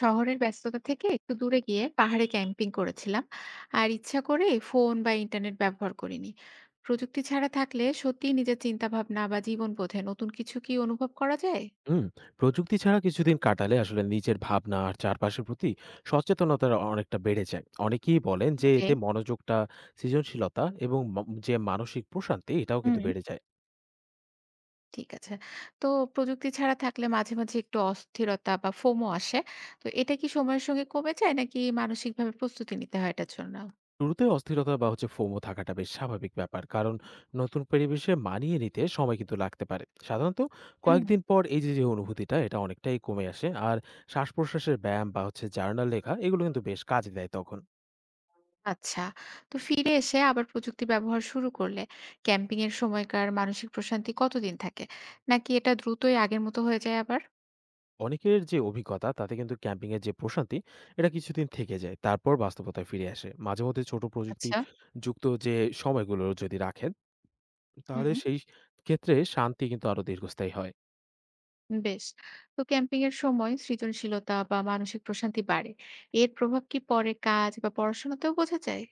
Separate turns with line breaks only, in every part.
শহরের ব্যস্ততা থেকে একটু দূরে গিয়ে পাহাড়ে ক্যাম্পিং করেছিলাম। আর ইচ্ছা করে ফোন বা ইন্টারনেট ব্যবহার করিনি। প্রযুক্তি ছাড়া থাকলে সত্যিই নিজের চিন্তা ভাবনা বা জীবন বোধে নতুন কিছু কি অনুভব করা যায়?
হুম, প্রযুক্তি ছাড়া কিছুদিন কাটালে আসলে নিজের ভাবনা আর চারপাশের প্রতি সচেতনতা অনেকটা বেড়ে যায়। অনেকেই বলেন যে
ওকে।
এতে মনোযোগটা, সৃজনশীলতা এবং যে মানসিক প্রশান্তি এটাও
হুম।
কিন্তু বেড়ে যায়।
ঠিক আছে। তো প্রযুক্তি ছাড়া থাকলে মাঝে মাঝে একটু অস্থিরতা বা ফোমো আসে, তো এটা কি সময়ের সঙ্গে কমে যায় নাকি মানসিকভাবে প্রস্তুতি নিতে হয় এটার জন্য?
শুরুতে অস্থিরতা বা ফোমো থাকাটা বেশ স্বাভাবিক ব্যাপার। কারণ নতুন পরিবেশে মানিয়ে নিতে সময় কিন্তু লাগতে পারে। সাধারণত
হুম।
কয়েকদিন পর যে অনুভূতিটা এটা অনেকটাই কমে আসে। আর শ্বাস-প্রশ্বাসের ব্যায়াম বা জার্নাল লেখা এগুলো কিন্তু বেশ কাজে দেয় তখন।
আচ্ছা, ফিরে এসে আবার প্রযুক্তি ব্যবহার শুরু করলে ক্যাম্পিং এর সময়কার মানসিক প্রশান্তি কতদিন থাকে? নাকি এটা দ্রুতই আগের মতো হয়ে যায় আবার?
অনেকের যে অভিজ্ঞতা তাতে কিন্তু ক্যাম্পিং এর যে প্রশান্তি এটা কিছুদিন থেকে যায়, তারপর বাস্তবতায় ফিরে আসে। মাঝে মধ্যে ছোট প্রযুক্তি
আচ্ছা।
যুক্ত যে সময়গুলো যদি রাখেন, তাহলে
হুম।
সেই ক্ষেত্রে শান্তি কিন্তু আরো দীর্ঘস্থায়ী হয়।
বেশ। তো ক্যাম্পিং এর সময় সৃজনশীলতা বা মানসিক প্রশান্তি বাড়ে, এর প্রভাব কি পরে কাজ বা পড়াশোনাতেও বোঝা যায়?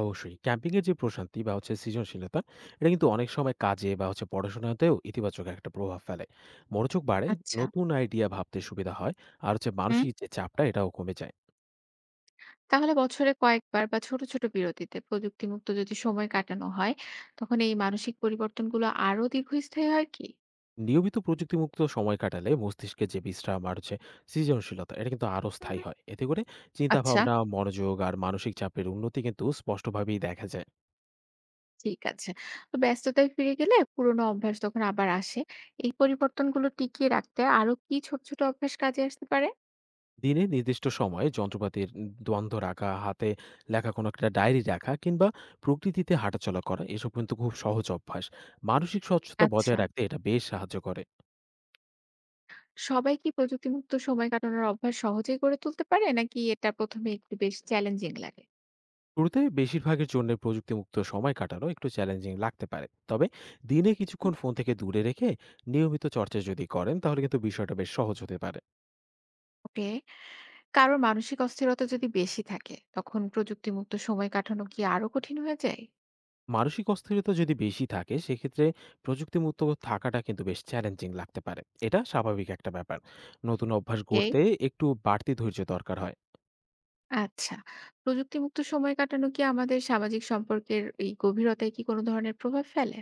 অবশ্যই ক্যাম্পিং এর যে প্রশান্তি বা সৃজনশীলতা এটা কিন্তু অনেক সময় কাজে বা পড়াশোনাতেও ইতিবাচক একটা প্রভাব ফেলে। মনোযোগ বাড়ে,
আচ্ছা।
নতুন আইডিয়া ভাবতে সুবিধা হয়, আর
হুম।
মানসিক যে চাপটা এটাও কমে যায়।
তাহলে বছরে কয়েকবার বা ছোট ছোট বিরতিতে প্রযুক্তি মুক্ত যদি সময় কাটানো হয়, তখন এই মানসিক পরিবর্তনগুলো আরো দীর্ঘস্থায়ী হয় কি?
নিয়মিত প্রযুক্তিমুক্ত সময় কাটালে মস্তিষ্কে যে বিশ্রাম আর সৃজনশীলতা এটা কিন্তু আরো স্থায়ী হয়। এতে করে চিন্তা
আচ্ছা।
ভাবনা, মনোযোগ আর মানসিক চাপের উন্নতি কিন্তু স্পষ্টভাবেই দেখা যায়।
ঠিক আছে। তো ব্যস্ততায় ফিরে গেলে পুরোনো অভ্যাস তখন আবার আসে। এই পরিবর্তনগুলো টিকিয়ে রাখতে আরো কি ছোট, ছোট অভ্যাস কাজে আসতে পারে?
দিনে নির্দিষ্ট সময়ে যন্ত্রপাতির দ্বন্দ্ব রাখা, হাতে লেখা কোনো একটা ডায়েরি রাখা, কিংবা প্রকৃতিতে হাঁটাচলা করা, এসব কিন্তু খুব সহজ অভ্যাস। মানসিক স্বচ্ছতা
আচ্ছা।
বজায় রাখতে এটা বেশ সাহায্য করে।
সবাই কি প্রযুক্তিমুক্ত সময় কাটানোর অভ্যাস সহজেই গড়ে তুলতে পারে? নাকি এটা ১ম এ একটু বেশ চ্যালেঞ্জিং লাগে?
শুরুতে বেশিরভাগের জন্য প্রযুক্তিমুক্ত সময় কাটানো একটু চ্যালেঞ্জিং লাগতে পারে, তবে দিনে
হুম।
কিছুক্ষণ ফোন থেকে দূরে রেখে নিয়মিত চর্চা যদি করেন, তাহলে কিন্তু বিষয়টা বেশ সহজ হতে পারে।
ওকে। কারো মানসিক অস্থিরতা যদি বেশি থাকে, তখন প্রযুক্তিমুক্ত সময় কাটানো কি আরো কঠিন হয়ে যায়?
মানসিক অস্থিরতা যদি বেশি থাকে, সেক্ষেত্রে প্রযুক্তিমুক্ত থাকাটা কিন্তু বেশ চ্যালেঞ্জিং লাগতে পারে। এটা স্বাভাবিক একটা ব্যাপার। নতুন অভ্যাস
ওকে।
গড়তে একটু বাড়তি ধৈর্য দরকার হয়।
আচ্ছা। প্রযুক্তিমুক্ত সময় কাটানো কি আমাদের সামাজিক সম্পর্কের এই গভীরতায় কি কোনো ধরনের প্রভাব ফেলে?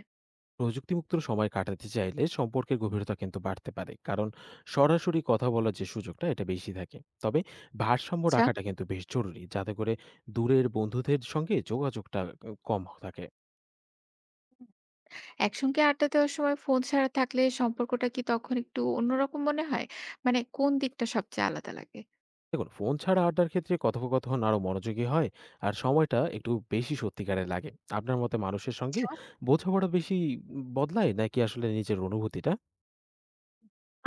প্রযুক্তিমুক্ত সময় কাটাতে চাইলে সম্পর্কের গভীরতা কিন্তু বাড়তে পারে, কারণ সরাসরি কথা বলার যে সুযোগটা এটা বেশি থাকে। তবে ভারসাম্য
আচ্ছা।
রাখাটা কিন্তু বেশ জরুরি, যাতে করে দূরের বন্ধুদের সঙ্গে যোগাযোগটা কম থাকে।
একসঙ্গে আড্ডা দেওয়ার সময় ফোন ছাড়া থাকলে সম্পর্কটা কি তখন একটু অন্যরকম মনে হয়? মানে কোন দিকটা সবচেয়ে আলাদা লাগে?
দেখুন, ফোন ছাড়া আড্ডার ক্ষেত্রে কথোপকথন আরো মনোযোগী হয়, আর সময়টা একটু বেশি সত্যিকারের লাগে। আপনার মতে মানুষের সঙ্গে
আচ্ছা।
বোঝাপড়া বেশি বদলায়, নাকি আসলে নিজের অনুভূতিটা?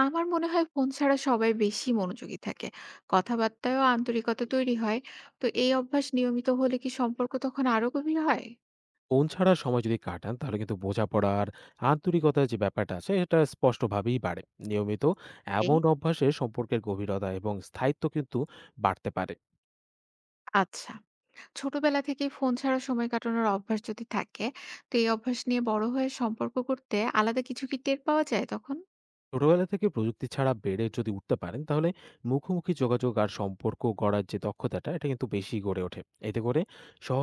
আমার মনে হয় ফোন ছাড়া সবাই বেশি মনোযোগী থাকে। কথাবার্তায়ও আন্তরিকতা তৈরি হয়। তো এই অভ্যাস নিয়মিত হলে কি সম্পর্ক তখন আরো গভীর হয়?
ফোন ছাড়া সময় যদি কাটান, তাহলে কিন্তু বোঝাপড়া আর আন্তরিকতার যে ব্যাপারটা আছে এটা স্পষ্টভাবেই বাড়ে। নিয়মিত এমন
এই
অভ্যাসে সম্পর্কের গভীরতা এবং স্থায়িত্ব কিন্তু বাড়তে পারে।
আচ্ছা। ছোটবেলা থেকেই ফোন ছাড়া সময় কাটানোর অভ্যাস যদি থাকে, তো এই অভ্যাস নিয়ে বড় হয়ে সম্পর্ক করতে আলাদা কিছু কি টের পাওয়া যায় তখন?
ছোটবেলা থেকে প্রযুক্তি ছাড়া বেড়ে যদি উঠতে পারেন, তাহলে মুখোমুখি যোগাযোগ আর সম্পর্ক গড়ার যে দক্ষতাটা এটা কিন্তু বেশি গড়ে ওঠে। এতে করে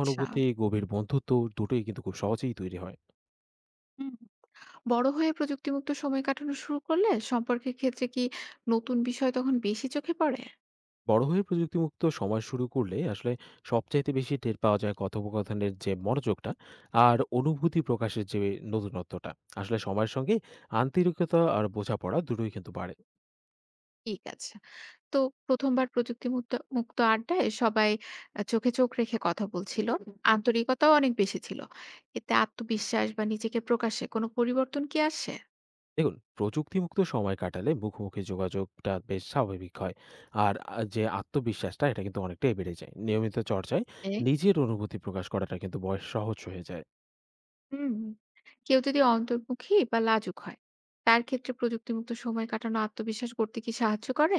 আচ্ছা।
গভীর বন্ধুত্ব দুটোই কিন্তু খুব সহজেই তৈরি হয়।
হুম। বড় হয়ে প্রযুক্তিমুক্ত সময় কাটানো শুরু করলে সম্পর্কের ক্ষেত্রে কি নতুন বিষয় তখন বেশি চোখে পড়ে?
বড় হয়ে প্রযুক্তিমুক্ত সমাজ শুরু করলে আসলে সবচাইতে বেশি টের পাওয়া যায় কথোপকথনের যে মনোযোগটা আর অনুভূতি প্রকাশের যে নতুনত্বটা। আসলে সময়ের সঙ্গে আন্তরিকতা আর বোঝাপড়া দুটোই কিন্তু বাড়ে।
ঠিক আছে। তো প্রথমবার প্রযুক্তিমুক্ত মুক্ত মুক্ত আড্ডায় সবাই চোখে চোখ রেখে কথা বলছিল। আন্তরিকতাও অনেক বেশি ছিল। এতে আত্মবিশ্বাস বা নিজেকে প্রকাশে কোনো পরিবর্তন কি আসে?
দেখুন, প্রযুক্তিমুক্ত সময় কাটালে মুখোমুখি যোগাযোগটা বেশ স্বাভাবিক হয়, আর যে আত্মবিশ্বাসটা এটা কিন্তু অনেকটাই বেড়ে যায় নিয়মিত চর্চায়।
হ্যাঁ।
নিজের অনুভূতি প্রকাশ করাটা কিন্তু বয়স সহজ হয়ে যায়।
হুম। কেউ যদি অন্তর্মুখী বা লাজুক হয়, তার ক্ষেত্রে প্রযুক্তিমুক্ত সময় কাটানো আত্মবিশ্বাস করতে কি সাহায্য করে?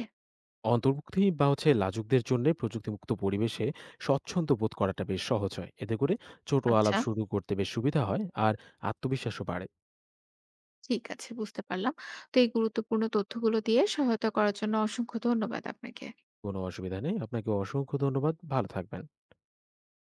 অন্তর্ভুক্তি বা লাজুকদের জন্য প্রযুক্তিমুক্ত পরিবেশে স্বচ্ছন্দ বোধ করাটা বেশ সহজ হয়। এতে করে ছোট আলাপ
আচ্ছা।
শুরু করতে বেশ সুবিধা হয়, আর আত্মবিশ্বাসও বাড়ে।
ঠিক আছে, বুঝতে পারলাম। তো এই গুরুত্বপূর্ণ তথ্যগুলো দিয়ে সহায়তা করার জন্য অসংখ্য ধন্যবাদ আপনাকে।
কোনো অসুবিধা নেই, আপনাকে অসংখ্য ধন্যবাদ, ভালো থাকবেন।